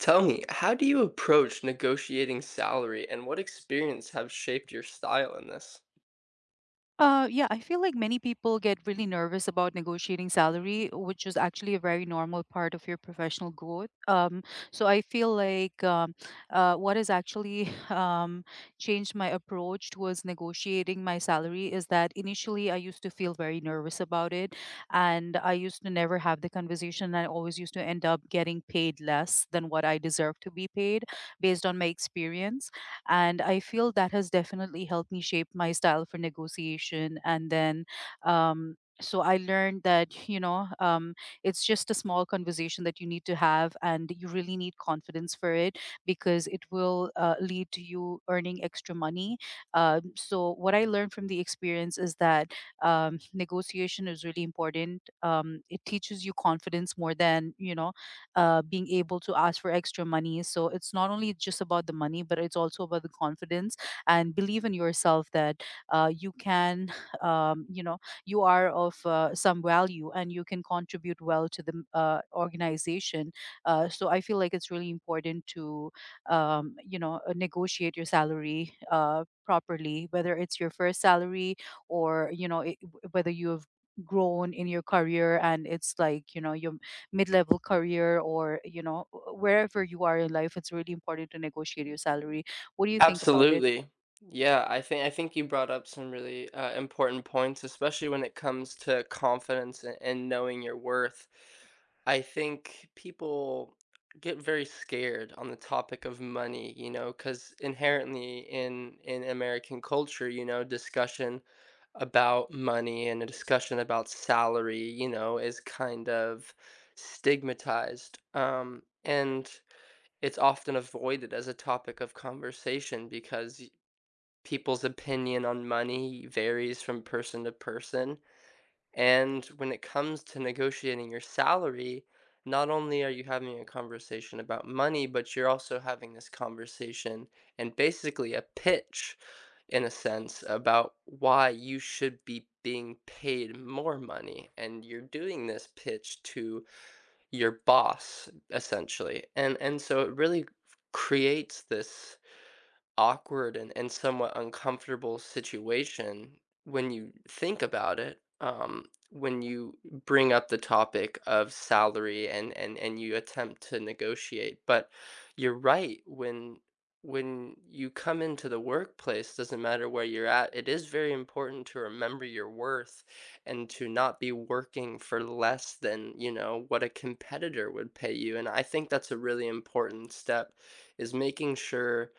Tell me, how do you approach negotiating salary and what experience have shaped your style in this? Yeah, I feel like many people get really nervous about negotiating salary, which is actually a very normal part of your professional growth. So I feel like what has actually changed my approach towards negotiating my salary is that initially I used to feel very nervous about it, and I used to never have the conversation. I always used to end up getting paid less than what I deserve to be paid based on my experience, and I feel that has definitely helped me shape my style for negotiation. And then, um, so I learned that, it's just a small conversation that you need to have, and you really need confidence for it because it will lead to you earning extra money. So, what I learned from the experience is that negotiation is really important. It teaches you confidence more than, being able to ask for extra money. So it's not only just about the money, but it's also about the confidence and believe in yourself that you can, um, you know, you are of some value and you can contribute well to the organization. So I feel like it's really important to, negotiate your salary. Properly, whether it's your first salary or whether you have grown in your career and it's like your mid-level career or wherever you are in life, it's really important to negotiate your salary. What do you think about it? Absolutely. Yeah, I think you brought up some really important points, especially when it comes to confidence and knowing your worth. I think people get very scared on the topic of money, you know, because inherently in American culture, you know, discussion about money and a discussion about salary, you know, is kind of stigmatized. And it's often avoided as a topic of conversation because people's opinion on money varies from person to person. And when it comes to negotiating your salary, not only are you having a conversation about money, but you're also having this conversation and basically a pitch, in a sense, about why you should be being paid more money. And you're doing this pitch to your boss essentially, and so it really creates this awkward and somewhat uncomfortable situation when you think about it. When you bring up the topic of salary and you attempt to negotiate. But you're right, when you come into the workplace, doesn't matter where you're at, it is very important to remember your worth and to not be working for less than, you know, what a competitor would pay you. And I think that's a really important step is making sure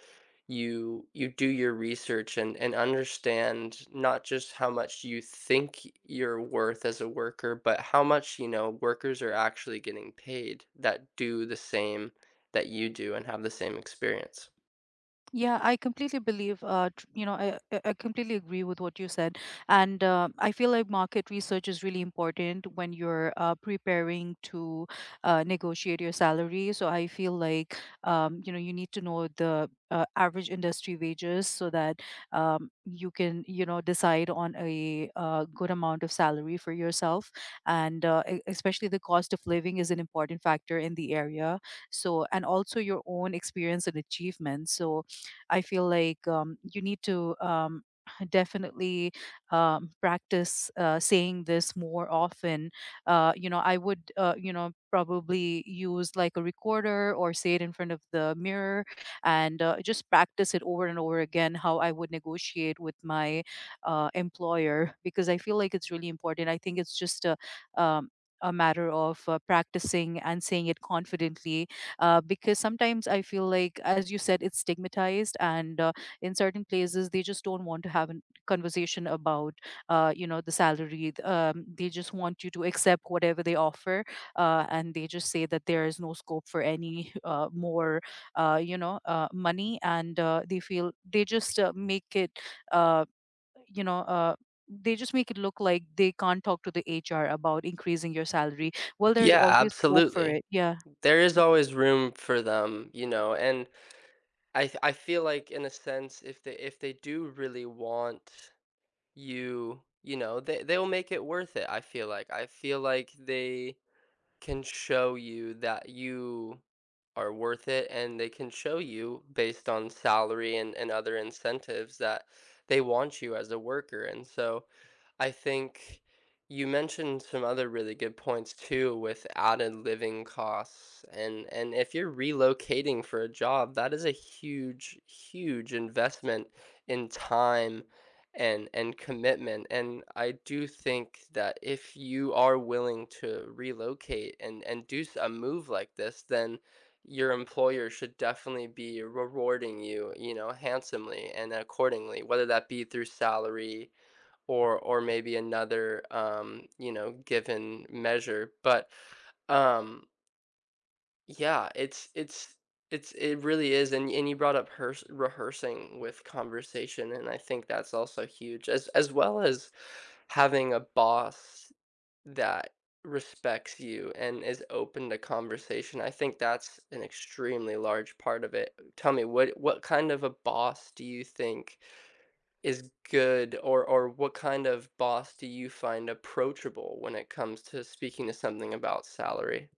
you do your research and understand not just how much you think you're worth as a worker, but how much, you know, workers are actually getting paid that do the same that you do and have the same experience. Yeah, I completely believe. I completely agree with what you said. And I feel like market research is really important when you're preparing to negotiate your salary. So I feel like, you need to know the average industry wages so that you can, decide on a good amount of salary for yourself. And especially the cost of living is an important factor in the area. So, and also your own experience and achievements. So, I feel like you need to definitely practice saying this more often. I would, probably use like a recorder or say it in front of the mirror, and just practice it over and over again how I would negotiate with my employer because I feel like it's really important. I think it's just um, a matter of practicing and saying it confidently, because sometimes I feel like, as you said, it's stigmatized, and in certain places they just don't want to have a conversation about, the salary. They just want you to accept whatever they offer, and they just say that there is no scope for any more, money, and they feel they just make it, uh, you know. Uh, they just make it look like they can't talk to the HR about increasing your salary. Well, there's Yeah, always hope for absolutely. it. Yeah. There is always room for them, you know, and I feel like in a sense if they do really want you, you know, they'll make it worth it, I feel like. I feel like they can show you that you are worth it and they can show you based on salary and other incentives that they want you as a worker. And so I think you mentioned some other really good points too with added living costs and if you're relocating for a job, that is a huge, huge investment in time and commitment. And I do think that if you are willing to relocate and do a move like this, then your employer should definitely be rewarding you, you know, handsomely and accordingly, whether that be through salary or maybe another you know, given measure. But um, yeah, it's it really is, and you brought up hers rehearsing with conversation, and I think that's also huge, as well as having a boss that respects you and is open to conversation. I think that's an extremely large part of it. Tell me, what kind of a boss do you think is good, or what kind of boss do you find approachable when it comes to speaking to something about salary?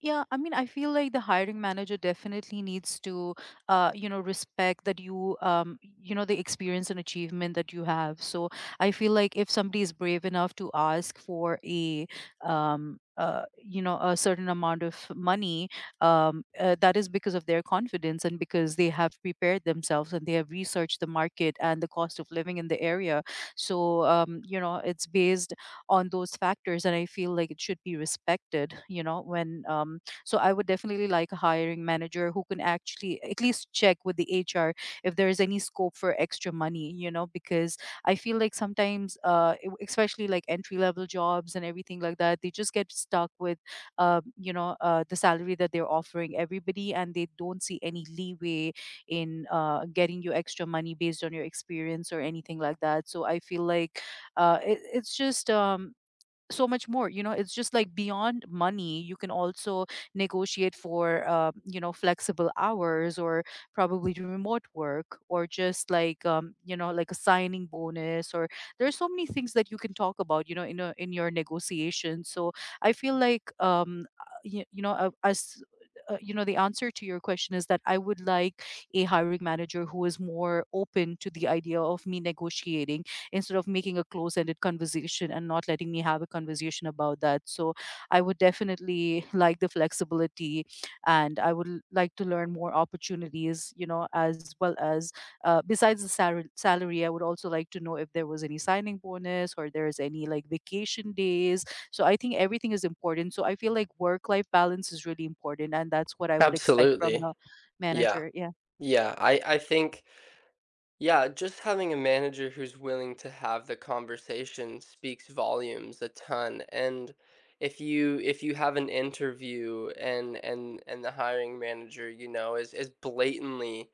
Yeah, I mean, I feel like the hiring manager definitely needs to, respect that you, the experience and achievement that you have. So I feel like if somebody is brave enough to ask for a certain amount of money, that is because of their confidence and because they have prepared themselves and they have researched the market and the cost of living in the area. So, it's based on those factors, and I feel like it should be respected, you know, when so I would definitely like a hiring manager who can actually at least check with the HR if there is any scope for extra money, you know, because I feel like sometimes especially like entry level jobs and everything like that, they just get stuck with the salary that they're offering everybody, and they don't see any leeway in getting you extra money based on your experience or anything like that. So I feel like it's just so much more, you know. It's just like beyond money. You can also negotiate for flexible hours, or probably do remote work, or just like like a signing bonus, or there's so many things that you can talk about, you know, in your negotiation. So I feel like as you know the answer to your question is that I would like a hiring manager who is more open to the idea of me negotiating instead of making a close-ended conversation and not letting me have a conversation about that. So I would definitely like the flexibility, and I would like to learn more opportunities, you know, as well as besides the salary. I would also like to know if there was any signing bonus or there's any like vacation days. So I think everything is important. So I feel like work life balance is really important, and that's what I would expect from Absolutely. a Yeah. manager. Yeah. Yeah. I think Yeah, just having a manager who's willing to have the conversation speaks volumes a ton. And if you have an interview and the hiring manager, you know, is blatantly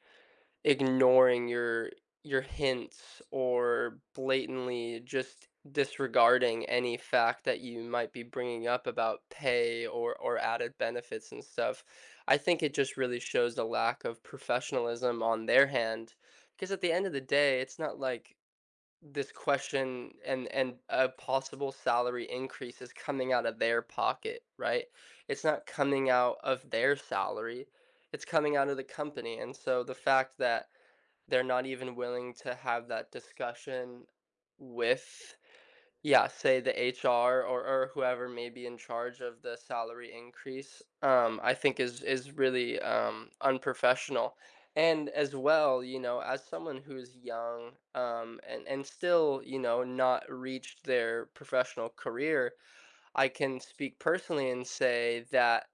ignoring your hints or blatantly just disregarding any fact that you might be bringing up about pay or added benefits and stuff. I think it just really shows a lack of professionalism on their hand because at the end of the day, it's not like this question and a possible salary increase is coming out of their pocket, right? It's not coming out of their salary. It's coming out of the company. And so the fact that they're not even willing to have that discussion with, yeah, say the HR or whoever may be in charge of the salary increase, I think is really, unprofessional. And as well, you know, as someone who's young, and still, you know, not reached their professional career, I can speak personally and say that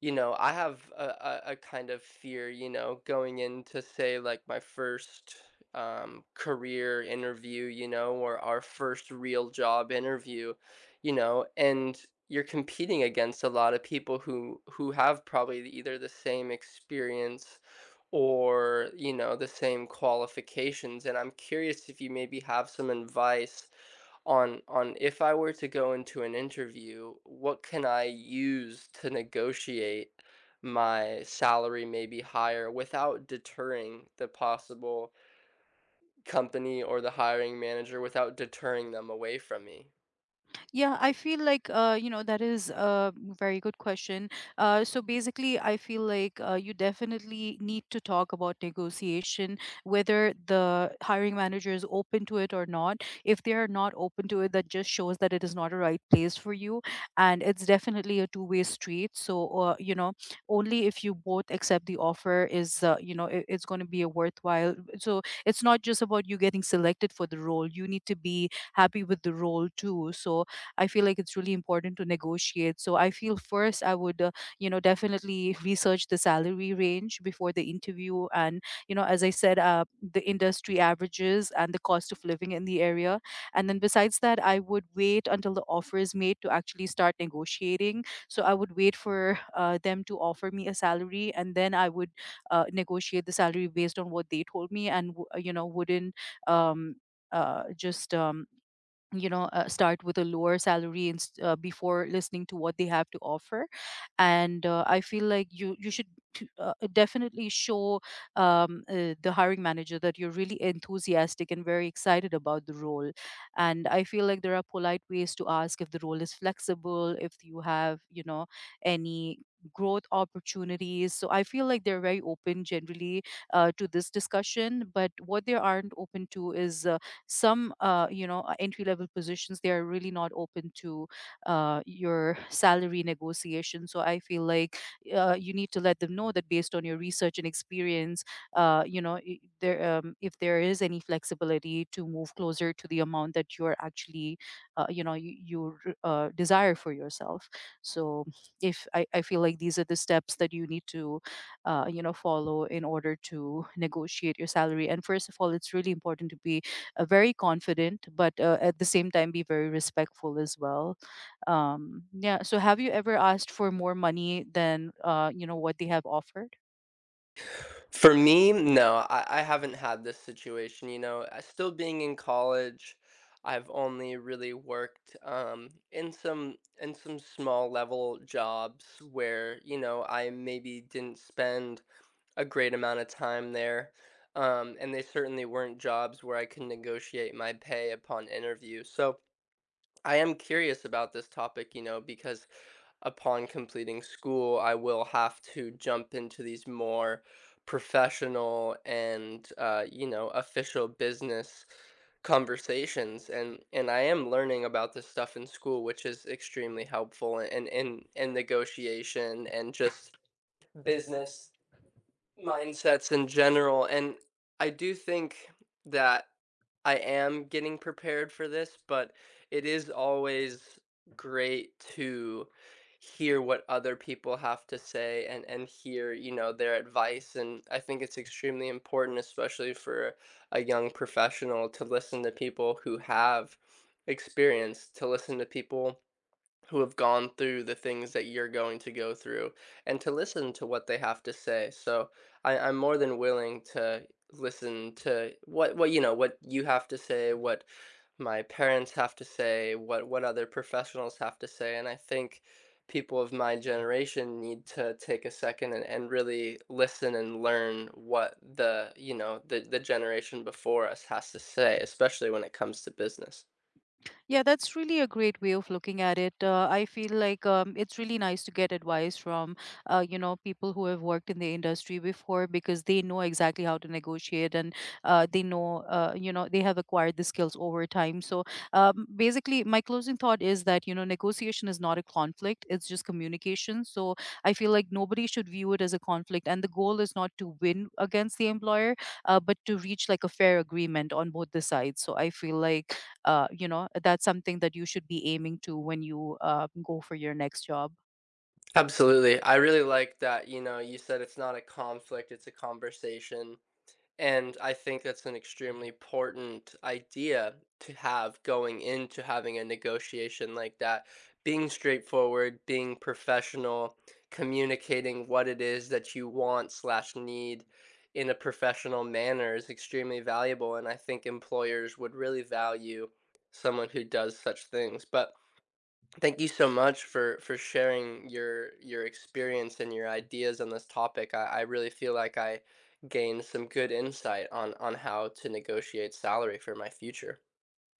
you know, I have a kind of fear, you know, going into say like my first career interview, you know, or our first real job interview, you know, and you're competing against a lot of people who have probably either the same experience or, you know, the same qualifications. And I'm curious if you maybe have some advice on if I were to go into an interview, what can I use to negotiate my salary maybe higher without deterring the possible company or the hiring manager without deterring them away from me? Yeah, I feel like that is a very good question. So basically, I feel like you definitely need to talk about negotiation, whether the hiring manager is open to it or not. If they are not open to it, that just shows that it is not a right place for you, and it's definitely a two-way street. So only if you both accept the offer is it's going to be a worthwhile. So it's not just about you getting selected for the role. You need to be happy with the role too. So I feel like it's really important to negotiate. So I feel first I would, definitely research the salary range before the interview. And, you know, as I said, the industry averages and the cost of living in the area. And then besides that, I would wait until the offer is made to actually start negotiating. So I would wait for them to offer me a salary, and then I would negotiate the salary based on what they told me and, wouldn't. Um, just start with a lower salary, and before listening to what they have to offer, and I feel like you should definitely show the hiring manager that you're really enthusiastic and very excited about the role. And I feel like there are polite ways to ask if the role is flexible, if you have, any growth opportunities. So I feel like they're very open generally to this discussion, but what they aren't open to is some you know entry level positions. They are really not open to your salary negotiation. So I feel like you need to let them know that, based on your research and experience, you know I- there if there is any flexibility to move closer to the amount that you're actually desire for yourself. So, if I, I feel like these are the steps that you need to follow in order to negotiate your salary. And first of all, it's really important to be very confident, but at the same time be very respectful as well. Yeah. So have you ever asked for more money than what they have offered? For me, no, I haven't had this situation. You know, still being in college, I've only really worked in some small level jobs where you know I maybe didn't spend a great amount of time there, and they certainly weren't jobs where I could negotiate my pay upon interview. So I am curious about this topic, you know, because upon completing school, I will have to jump into these more professional and you know official business conversations and I am learning about this stuff in school, which is extremely helpful in in negotiation and just business mindsets in general, and I do think that I am getting prepared for this, but it is always great to hear what other people have to say and hear, you know, their advice, and I think it's extremely important, especially for a young professional, to listen to people who have experience, to listen to people who have gone through the things that you're going to go through and to listen to what they have to say. So I'm more than willing to listen to what you know what you have to say, what my parents have to say, what other professionals have to say. And I think people of my generation need to take a second and really listen and learn what the you know the generation before us has to say, especially when it comes to business. Yeah, that's really a great way of looking at it. I feel like it's really nice to get advice from, people who have worked in the industry before because they know exactly how to negotiate, and they know, they have acquired the skills over time. So basically, my closing thought is that, you know, negotiation is not a conflict, it's just communication. So I feel like nobody should view it as a conflict. And the goal is not to win against the employer, but to reach like a fair agreement on both the sides. So I feel like that's something that you should be aiming to when you go for your next job. Absolutely. I really like that, you know, you said it's not a conflict, it's a conversation. And I think that's an extremely important idea to have going into having a negotiation like that. Being straightforward, being professional, communicating what it is that you want slash need in a professional manner is extremely valuable. And I think employers would really value someone who does such things. But thank you so much for sharing your experience and your ideas on this topic. I really feel like I gained some good insight on how to negotiate salary for my future.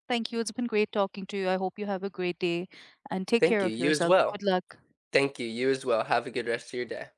Thank you. It's been great talking to you. I hope you have a great day and take Thank care you. of You as yourself. Good well. luck. Thank you. You as well. Have a good rest of your day.